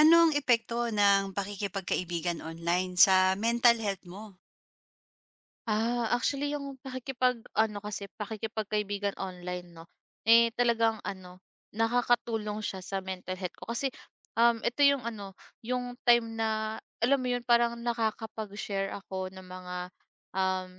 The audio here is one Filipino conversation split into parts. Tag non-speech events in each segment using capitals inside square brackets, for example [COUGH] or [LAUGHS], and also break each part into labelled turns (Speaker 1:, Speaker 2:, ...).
Speaker 1: Anong epekto ng pakikipagkaibigan online sa mental health mo?
Speaker 2: Ah, actually yung pakikipag-ano kasi, pakikipagkaibigan online 'no, eh, talagang ano, nakakatulong siya sa mental health ko. Kasi, ito yung ano, yung time na alam mo yun parang nakakapag-share ako ng mga, um,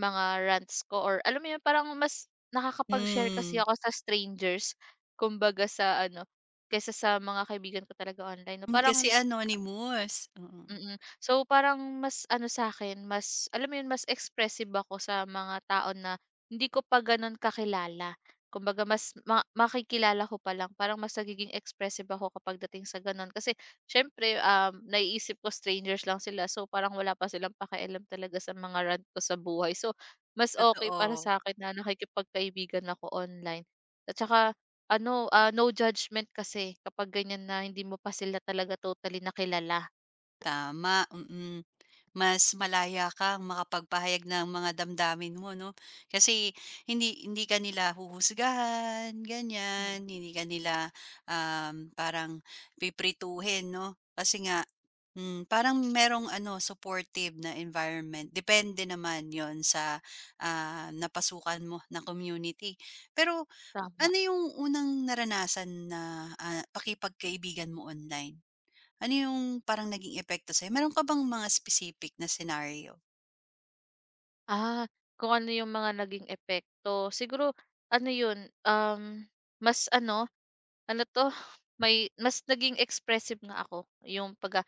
Speaker 2: mga rants ko or alam mo yun parang mas nakakapag-share kasi
Speaker 1: Hmm.
Speaker 2: ako sa strangers kumbaga sa ano, kaysa sa mga kaibigan ko talaga online 'no.
Speaker 1: Hmm, kasi
Speaker 2: Parang
Speaker 1: anonymous, mm.
Speaker 2: mm. So, parang mas ano sa akin mas alam mo 'yun, mas expressive ako sa mga tao na hindi ko pa gano'n kakilala. Kumbaga mas ma makikilala ko pa lang, parang mas nagiging expressive ako kapag dating sa gano'n. Kasi siyempre, naiisip ko strangers lang sila, so parang wala pa silang pakialam talaga sa mga rant ko sa buhay. So, mas okay para
Speaker 1: Totoo,
Speaker 2: sa akin na nakikipagkaibigan ako online. At saka ano, ah, no judgment kasi kapag ganiyan na hindi mo pa sila talaga totally na kilala.
Speaker 1: tama, mm. Mas malaya kang makapagpahayag ng mga damdamin mo 'no, kasi hindi hindi ka nila huhusgahan
Speaker 2: Mm.
Speaker 1: ganyan, hindi ka nila, parang pipirituhin 'no. Kasi nga, parang merong ano supportive na environment depende naman 'yon sa, napasukan mo na community. Pero
Speaker 2: Tama.
Speaker 1: ano yung unang naranasan na, pakikipagkaibigan mo online? Ano yung parang naging epekto sa'yo? Meron ka bang mga specific na scenario?
Speaker 2: Ah, kung ano yung mga naging epekto. Siguro ano yun, mas ano, ano 'to, [LAUGHS] may mas naging expressive nga ako yung pagka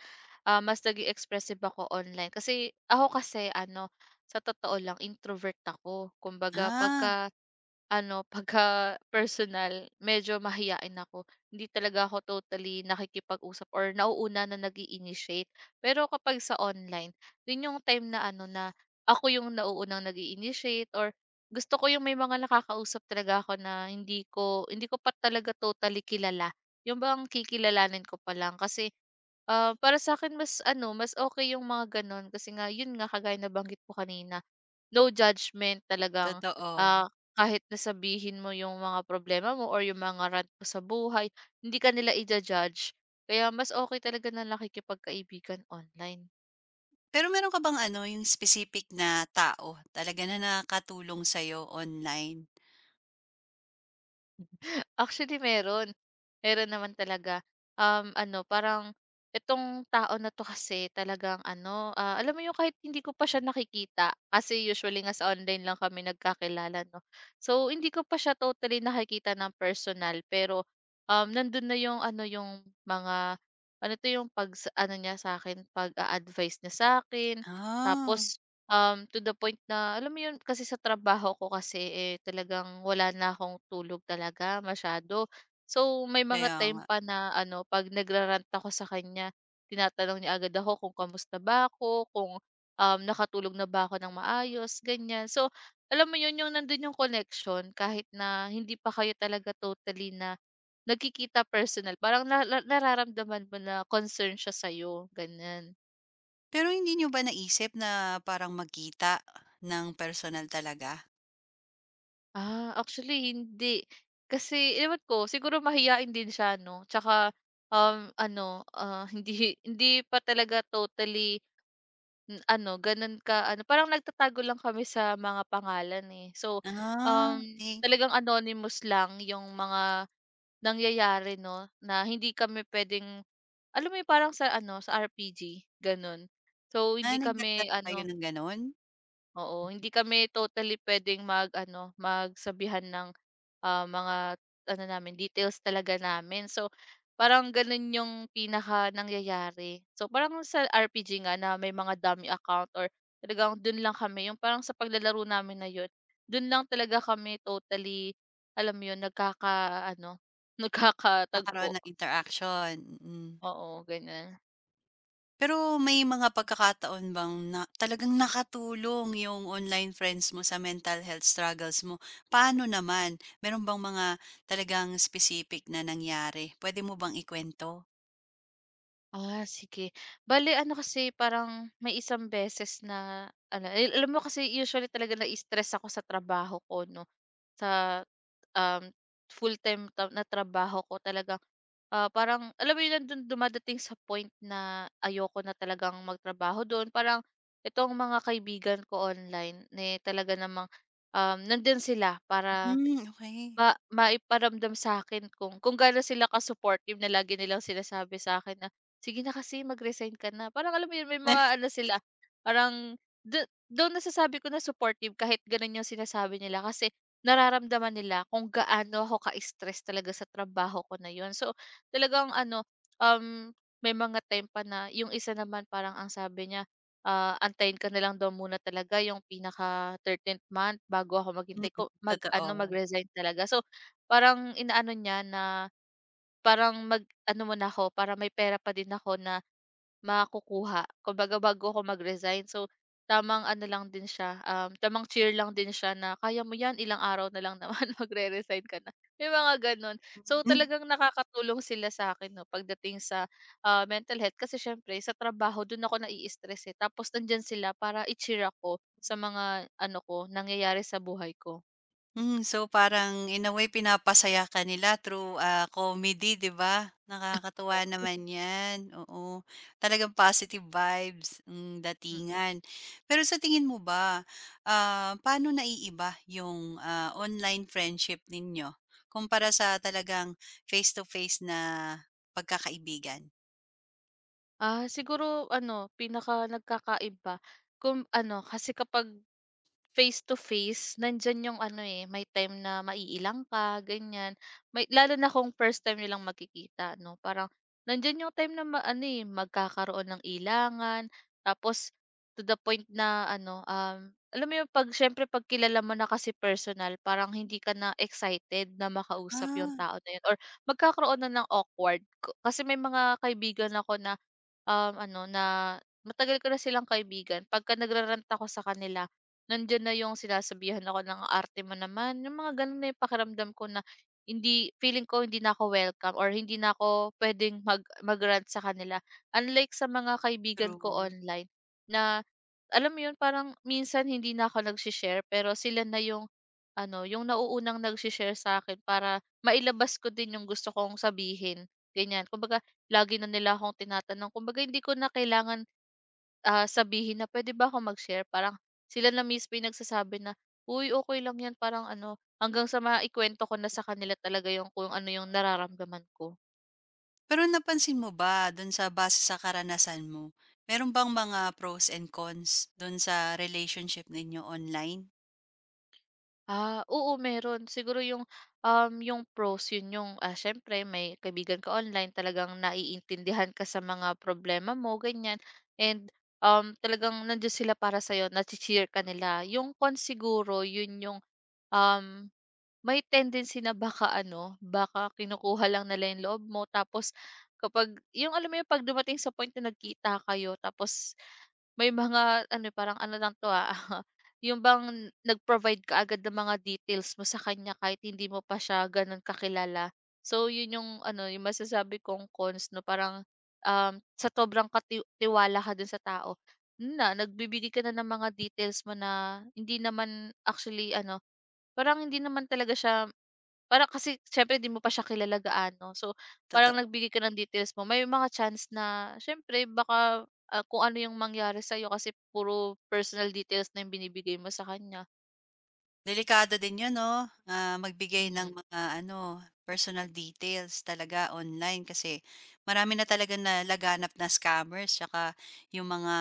Speaker 2: ah, mas naging expressive ako online. Kasi ako kasi ano, sa totoo lang introvert ako. Kumbaga
Speaker 1: Ah,
Speaker 2: pagka ano, [LAUGHS] pagka personal, medyo mahiyain ako. Hindi talaga ako totally nakikipag-usap or nauuna na nag-i-initiate. Pero kapag sa online, yun yung time na ano na ako yung nauunang nag initiate or gusto ko yung may mga nakakausap talaga ako na hindi ko pa talaga totally kilala. Yung bang kikilalanin ko pa lang kasi, ah, para sa akin mas ano, mas okay yung mga gano'n kasi nga yun nga kagaya nabanggit ko kanina, no judgment talagang,
Speaker 1: Totoo.
Speaker 2: ah, kahit na sabihin mo yung mga problema mo or yung mga rant mo sa buhay, hindi ka nila ija-judge. Kaya mas okay talaga na nakikipagkaibigan online.
Speaker 1: Pero meron ka bang ano, yung specific na tao talaga na nakatulong sa'yo online?
Speaker 2: Actually meron. Meron naman talaga. Ano parang itong tao na 'to kasi talagang ano, ah, alam mo yung kahit hindi ko pa siya nakikita, kasi usually nga sa online lang kami nagkakilala 'no. So, hindi ko pa siya totally nakikita ng personal pero, nandun na yung ano, yung mga ano 'to, yung pag ano niya sa akin, pag-a-advice niya sa'kin
Speaker 1: Ah,
Speaker 2: tapos to the point na alam mo 'yun, kasi sa trabaho ko kasi, eh, talagang wala na akong tulog talaga masyado. So, may mga
Speaker 1: Kaya
Speaker 2: time
Speaker 1: nga.
Speaker 2: pa na ano, 'pag nagra-rant ako sa kanya, tinatanong niya agad ako kung kamusta ba ako, kung, nakatulog na ba ako ng maayos, ganiyan. So, alam mo 'yun, yung nando'n yung connection kahit na hindi pa kayo talaga totally na nagkikita personal, parang na na nararamdaman mo na concern siya sa'yo, ganiyan.
Speaker 1: Pero hindi nyo ba naisip na parang magkita ng personal talaga?
Speaker 2: Ah, actually hindi. Kasi ewan ko, siguro mahiyain din siya 'no, tsaka, ano, ah, [LAUGHS] hindi hindi pa talaga totally n ano, gano'n ka ano, parang nagtatago lang kami sa mga pangalan, eh. So,
Speaker 1: Ah,
Speaker 2: um,
Speaker 1: okey.
Speaker 2: talagang anonymous lang yung mga nangyayari 'no, na hindi kami pwedeng alam mo yung parang sa ano, sa RPG, gano'n. So,
Speaker 1: Ah,
Speaker 2: hindi kami
Speaker 1: nagdadala kayo
Speaker 2: ano.
Speaker 1: ng gano'n?
Speaker 2: Oo, hindi kami totally puwedeng mag-ano, magsabihan ng, ah, mga ano namin, details talaga namin. So, parang gano'n yung pinakanangyayari. So, parang sa RPG nga na may mga dummy account or talagang dun lang kami yung parang sa paglalaro namin na 'yun, dun lang talaga kami totally, alam mo 'yun, nagkaka-ano, [LAUGHS]
Speaker 1: Nagkakaroon
Speaker 2: nagkakatagpo.
Speaker 1: ng interaction, mm.
Speaker 2: Oo, ganiyan.
Speaker 1: Pero may mga pagkakataon bang na talagang nakatulong yung online friends mo sa mental health struggles mo? Paano naman? Meron bang mga talagang specific na nangyari? Pwede mo bang ikwento?
Speaker 2: Ah, sige. Bale ano kasi parang may isang beses na ano, eh, alam mo kasi usually talaga na-stress ako sa trabaho ko 'no, sa, um, full-time ta na trabaho ko talagang, ah, parang alam mo 'yun nandun dumadating sa point na ayoko na talagang magtrabaho dun. Parang itong mga kaibigan ko online, na talaga namang, nandiyan sila para
Speaker 1: Hmm, okey.
Speaker 2: maiparamdam sa akin kung gaano sila ka-supportive na lagi nilang sinasabi sa akin na, "Sige na kasi mag-resign ka na." Parang alam mo yun may mga
Speaker 1: [LAUGHS]
Speaker 2: ano sila, parang do though nasasabi ko na supportive kahit ganun yung sinasabi nila kasi nararamdaman nila kung gaano ako ka-stress talaga sa trabaho ko na yun. So, talagang ano, um, may mga time pa na yung isa naman parang ang sabi niya ah, antayin ko na lang daw muna talaga yung pinaka 13th month bago ako
Speaker 1: Mm,
Speaker 2: maghintay ko
Speaker 1: totoo.
Speaker 2: mag-ano, mag-resign talaga. So, parang inaano niya na parang mag-ano muna ako para may pera pa din ako na makukuha. Kumbaga bago ako mag-resign. So, tamang ano lang din siya, tamang cheer lang din siya na, "Kaya mo 'yan, ilang araw na lang naman [LAUGHS] magre-resign ka na." May mga gano'n. So, talagang nakakatulong sila sa akin 'no, pagdating sa, ah, mental health kasi siyempre sa trabaho dun ako nai-stress, eh, tapos nandiyan sila para i-cheer ako sa mga ano ko, nangyayari sa buhay ko.
Speaker 1: Hmm, so parang in a way pinapasaya ka nila through, comedy 'di ba? Nakakatuwa naman 'yan, oo. Talagang positive vibes,
Speaker 2: Mm.
Speaker 1: datingan. Pero sa tingin mo ba, paano naiiba yung, online friendship ninyo kumpara sa talagang face to face na pagkakaibigan?
Speaker 2: Ah, siguro ano, pinaka nagkakaiba kung ano, kasi kapag face to face, nandiyan yung ano, eh, may time na maiilang ka, ganyan. May lalo na kung first time nilang lang magkikita 'no, parang nandiyan yung time na ma ano, eh, magkakaroon ng ilangan. Tapos to the point na ano, alam mo yung 'pag siyempre 'pag kilala mo na kasi personal, parang hindi ka na excited na makausap yung
Speaker 1: Ah,
Speaker 2: tao na yun or magkakaroon na ng awkward. Ko kasi may mga kaibigan ako na ano na matagal ko na silang kaibigan pagka nagrarant ako sa kanila, nandiyan na yung sinasabihan ako ng, "Ang arte mo naman." Yung mga gano'n na yung pakiramdam ko na hindi feeling ko hindi na ako welcome or hindi na ako pwedeng mag mag sa kanila. Unlike sa mga kaibigan ko
Speaker 1: True.
Speaker 2: online na alam mo 'yun, parang minsan hindi na ako nagse pero sila na yung ano, yung nauunang nagse sa akin para mailabas ko din yung gusto kong sabihin, ganiyan. Kumbaga lagi na nila akong tinatanong kumbaga hindi ko na kailangan, ah, sabihin na, pwede ba ako mag-share?" Parang sila na mismo yung nagsasabi na, "Uy, okey lang 'yan." Parang ano, hanggang sa maikwento ko na sa kanila talaga yung kung ano yung nararamdaman ko.
Speaker 1: Pero napansin mo ba dun sa base sa karanasan mo, meron bang mga pros and cons dun sa relationship ninyo online?
Speaker 2: Ah, oo meron. Siguro yung, yung pros yun yung, ah, siyempre may kaibigan ka online talagang naiintindihan ka sa mga problema mo ganyan and, talagang nandiyan sila para sa'yo, nache-cheer ka nila. Yung con siguro yun yung, um, may tendency na baka ano, baka kinukuha lang nila yung loob mo tapos kapag yung alam mo yung 'pag dumating sa point na nagkita kayo tapos may mga ano, parang ano lang 'to, ah [LAUGHS] yung bang nag-provide ka agad ng mga details mo sa kanya kahit hindi mo pa siya gano'n kakilala. So yun yung ano, yung masasabi kong cons 'no, parang, um, sa sobrang kati tiwala ka dun sa tao, yun na nagbibigay ka na ng mga details mo na hindi naman actually ano, parang hindi naman talaga siya parang kasi siyempre 'di mo pa siya kilala gaano. So, parang
Speaker 1: Totoo.
Speaker 2: nagbigay ka ng details mo, may mga chance na siyempre baka, ah, kung ano yung mangyari sa'yo kasi puro personal details na yung binibigay mo sa kanya.
Speaker 1: Delikado din yun 'no, magbigay ng
Speaker 2: Hmm,
Speaker 1: mga ano, personal details talaga online kasi marami na talaga na laganap na scammers tsaka yung mga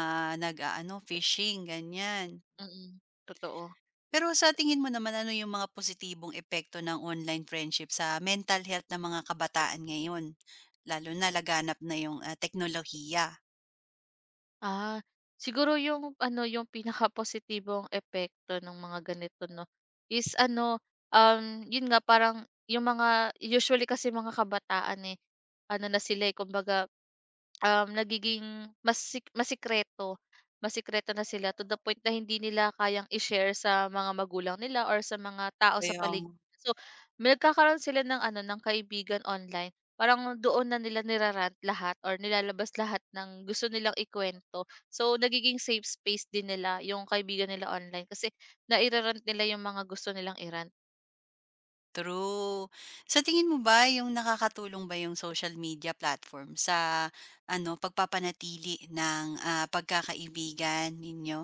Speaker 1: nag ano phishing, ganyan.
Speaker 2: mm. Totoo.
Speaker 1: Pero sa tingin mo naman ano yung mga positibong epekto ng online friendship sa mental health ng mga kabataan ngayon? Lalo na laganap na yung, teknolohiya.
Speaker 2: Ah, siguro yung ano, yung pinakapositibong epekto ng mga ganito 'no, is ano, yun nga parang yung mga usually kasi mga kabataan, eh, ano na sila, eh, kumbaga, nagiging masikreto, masikreto na sila to the point na hindi nila kayang i-share sa mga magulang nila or sa mga tao sa paligid.
Speaker 1: Yung
Speaker 2: So, may nagkakaroon sila ng ano, ng kaibigan online. Parang doon na nila nira lahat or nilalabas lahat ng gusto nilang ikuwento. So, nagiging safe space din nila yung kaibigan nila online kasi naira nila yung mga gusto nilang i-rant.
Speaker 1: true. Sa tingin mo ba yung nakakatulong ba yung social media platform sa ano, pagpapanatili ng, pagkakaibigan ninyo?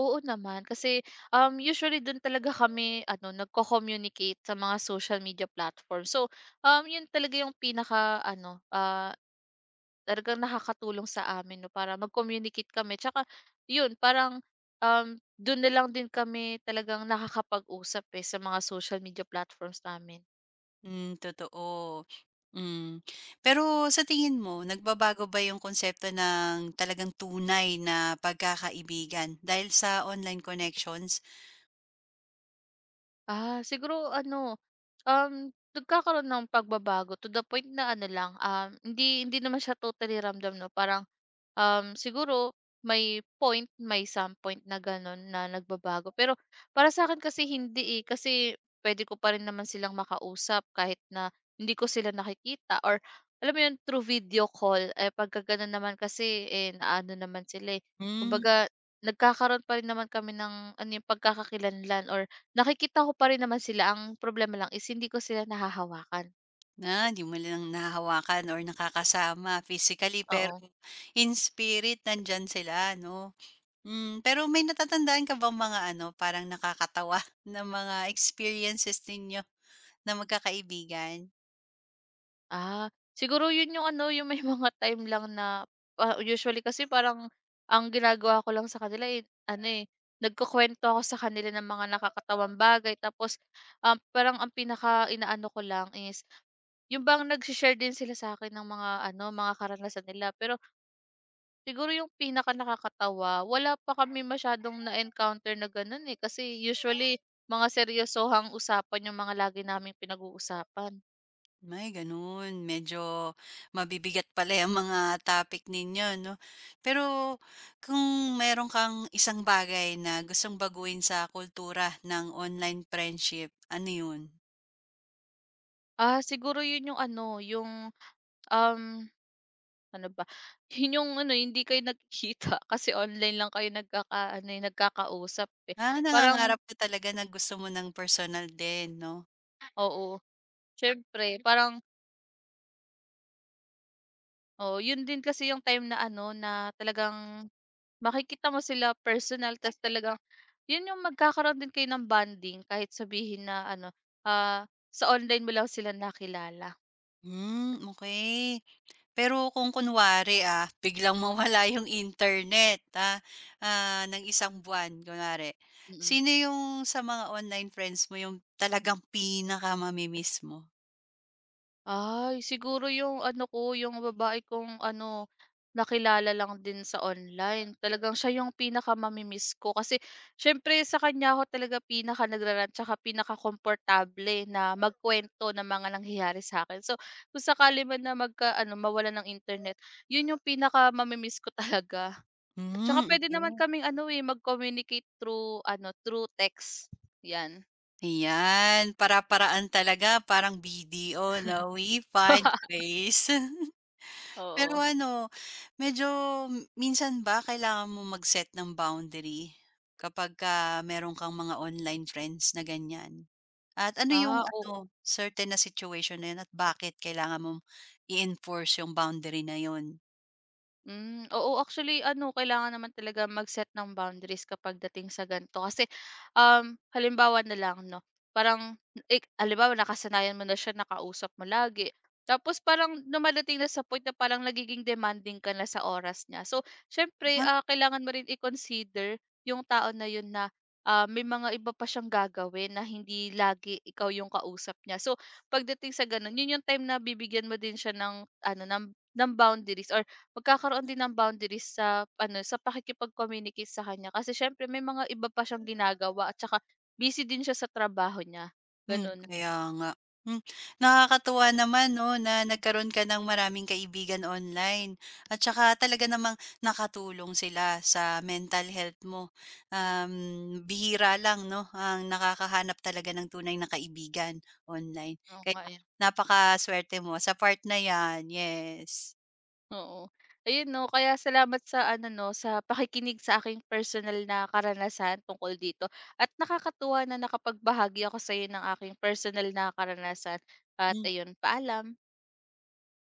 Speaker 2: Oo naman, kasi, usually do'n talaga kami ano, nagko-communicate sa mga social media platform. So, 'yun talaga yung pinaka ano, ah talagang nakakatulong sa amin 'no, para mag-communicate kami tsaka yun parang, dun na lang din kami talagang nakakapag-usap, eh, sa mga social media platforms namin.
Speaker 1: Hmm, totoo. Hmm. Pero sa tingin mo, nagbabago ba yung konsepto ng talagang tunay na pagkakaibigan dahil sa online connections?
Speaker 2: Ah, siguro ano, nagkakaroon ng pagbabago to the point na ano lang, hindi hindi naman siya totally ramdam 'no, parang, siguro may point, may some point na gano'n na nagbabago. Pero para sa akin kasi hindi, eh, kasi puwede ko pa rin naman silang makausap kahit na hindi ko sila nakikita or alam mo 'yun, through video call. Eh, pagka gano'n naman kasi, eh, naano naman sila, eh,
Speaker 1: Hmm,
Speaker 2: kumbaga nagkakaroon pa rin naman kami ng ano, eh, pagkakakilanlan or nakikita ko pa rin naman sila, ang problema lang is hindi ko sila nahahawakan.
Speaker 1: na di mo lang nahahawakan or nakakasama physically pero
Speaker 2: Oo.
Speaker 1: in spirit nandyan sila, 'no? Hmm, pero may natatandaan ka bang mga ano, parang nakakatawa [LAUGHS] na mga experiences ninyo na magkakaibigan?
Speaker 2: Ah, siguro 'yun 'yung ano, 'yung may [LAUGHS] mga time lang na ah, usually kasi parang ang ginagawa ko lang sa kanila, eh, ano, eh, nagkukuwento ako sa kanila ng mga nakakatawang bagay tapos, parang ang pinaka-inaano ko lang is 'yung bang nagse-share din sila sa'kin ng mga ano, mga karanasan nila pero siguro yung pinakanakakatawa, wala pa kami masyadong na-encounter na gano'n, eh, kasi usually mga seryosohang usapan yung mga lagi naming pinag-uusapan.
Speaker 1: May gano'n. Medyo mabibigat pala 'yang mga topic ninyo 'no. Pero kung meron kang isang bagay na gustong baguhin sa kultura ng online friendship, ano 'yun?
Speaker 2: Ah, siguro yun yung ano, yung, um, ano ba, [LAUGHS] yun yung ano, hindi kayo nagkikita [LAUGHS] kasi online lang kayo nagkaka ano, eh, nagkakausap, eh.
Speaker 1: Ah,
Speaker 2: Parang
Speaker 1: nangangarap ka talaga na gusto mo ng personal din 'no?
Speaker 2: oo, siyempre parang oo, yun din kasi yung time na ano, na talagang makikita mo sila personal tas talagang yun yung magkakaroon din kayo ng bonding kahit sabihin na ano, ah, sa online mo lang sila nakilala.
Speaker 1: Hmm, okay. Pero kung kunwari, biglang mawala [LAUGHS] yung internet, ng isang buwan kunwari,
Speaker 2: Mm.
Speaker 1: sino yung sa mga online friends mo yung talagang pinakamamimiss mo?
Speaker 2: Ay, siguro yung ano ko, yung babae kong ano, nakilala lang din sa online. Talagang siya yung pinakamamimiss ko kasi syempre sa kanya ako talaga pinaka nagrarant tsaka pinakakomportable na magkwento ng mga nangyayari sa akin. So, kung sakali man na magka ano, mawala ng internet, yun yung pinakamamimiss ko talaga. Tsaka
Speaker 1: Hmm,
Speaker 2: pwede naman
Speaker 1: okay.
Speaker 2: kaming ano eh, mag-communicate through ano, through text. Yan.
Speaker 1: Ayan, para-paraan talaga parang BDO 'no, we find
Speaker 2: [LAUGHS]
Speaker 1: ways. [LAUGHS] Pero
Speaker 2: Oo.
Speaker 1: ano, medyo minsan ba kailangan mo mag-set ng boundary kapagka meron kang mga online friends na ganyan? At ano yung
Speaker 2: Ah,
Speaker 1: ano,
Speaker 2: oo.
Speaker 1: certain na situation na yun at bakit kailangan mong i-enforce yung boundary na yun?
Speaker 2: Hmm, oo actually ano kailangan naman talaga mag-set ng boundaries kapag dating sa gan'to kasi, halimbawa na lang 'no, parang ik halimbawa nakasanayan mo na siya na kausap mo lagi, tapos parang dumadating na sa point na parang nagiging demanding ka na sa oras niya. So siyempre, ah, kailangan mo rin i-consider yung tao na yun na, ah, may mga iba pa siyang gagawin na hindi lagi ikaw yung kausap niya. So pagdating sa gano'n yun yung time na bibigyan mo din siya ng ano ng boundaries or magkakaroon din ng boundaries sa ano, sa pakikipag-communicate sa kanya kasi siyempre may mga iba pa siyang ginagawa at saka busy din siya sa trabaho niya,
Speaker 1: Hmm,
Speaker 2: gano'n.
Speaker 1: kaya nga. Hmm, nakakatuwa naman 'no, na nagkaroon ka ng maraming kaibigan online at saka talaga namang nakatulong sila sa mental health mo. Bihira lang 'no, ang nakakahanap talaga ng tunay na kaibigan online.
Speaker 2: Oo
Speaker 1: Kaya
Speaker 2: nga eh.
Speaker 1: napakaswerte mo sa part na 'yan, yes.
Speaker 2: Oo. Ayun 'no, kaya salamat sa ano 'no, sa pakikinig sa aking personal na karanasan tungkol dito at nakakatuwa na nakapagbahagi ako sa'yo ng aking personal na karanasan at ayun, paalam.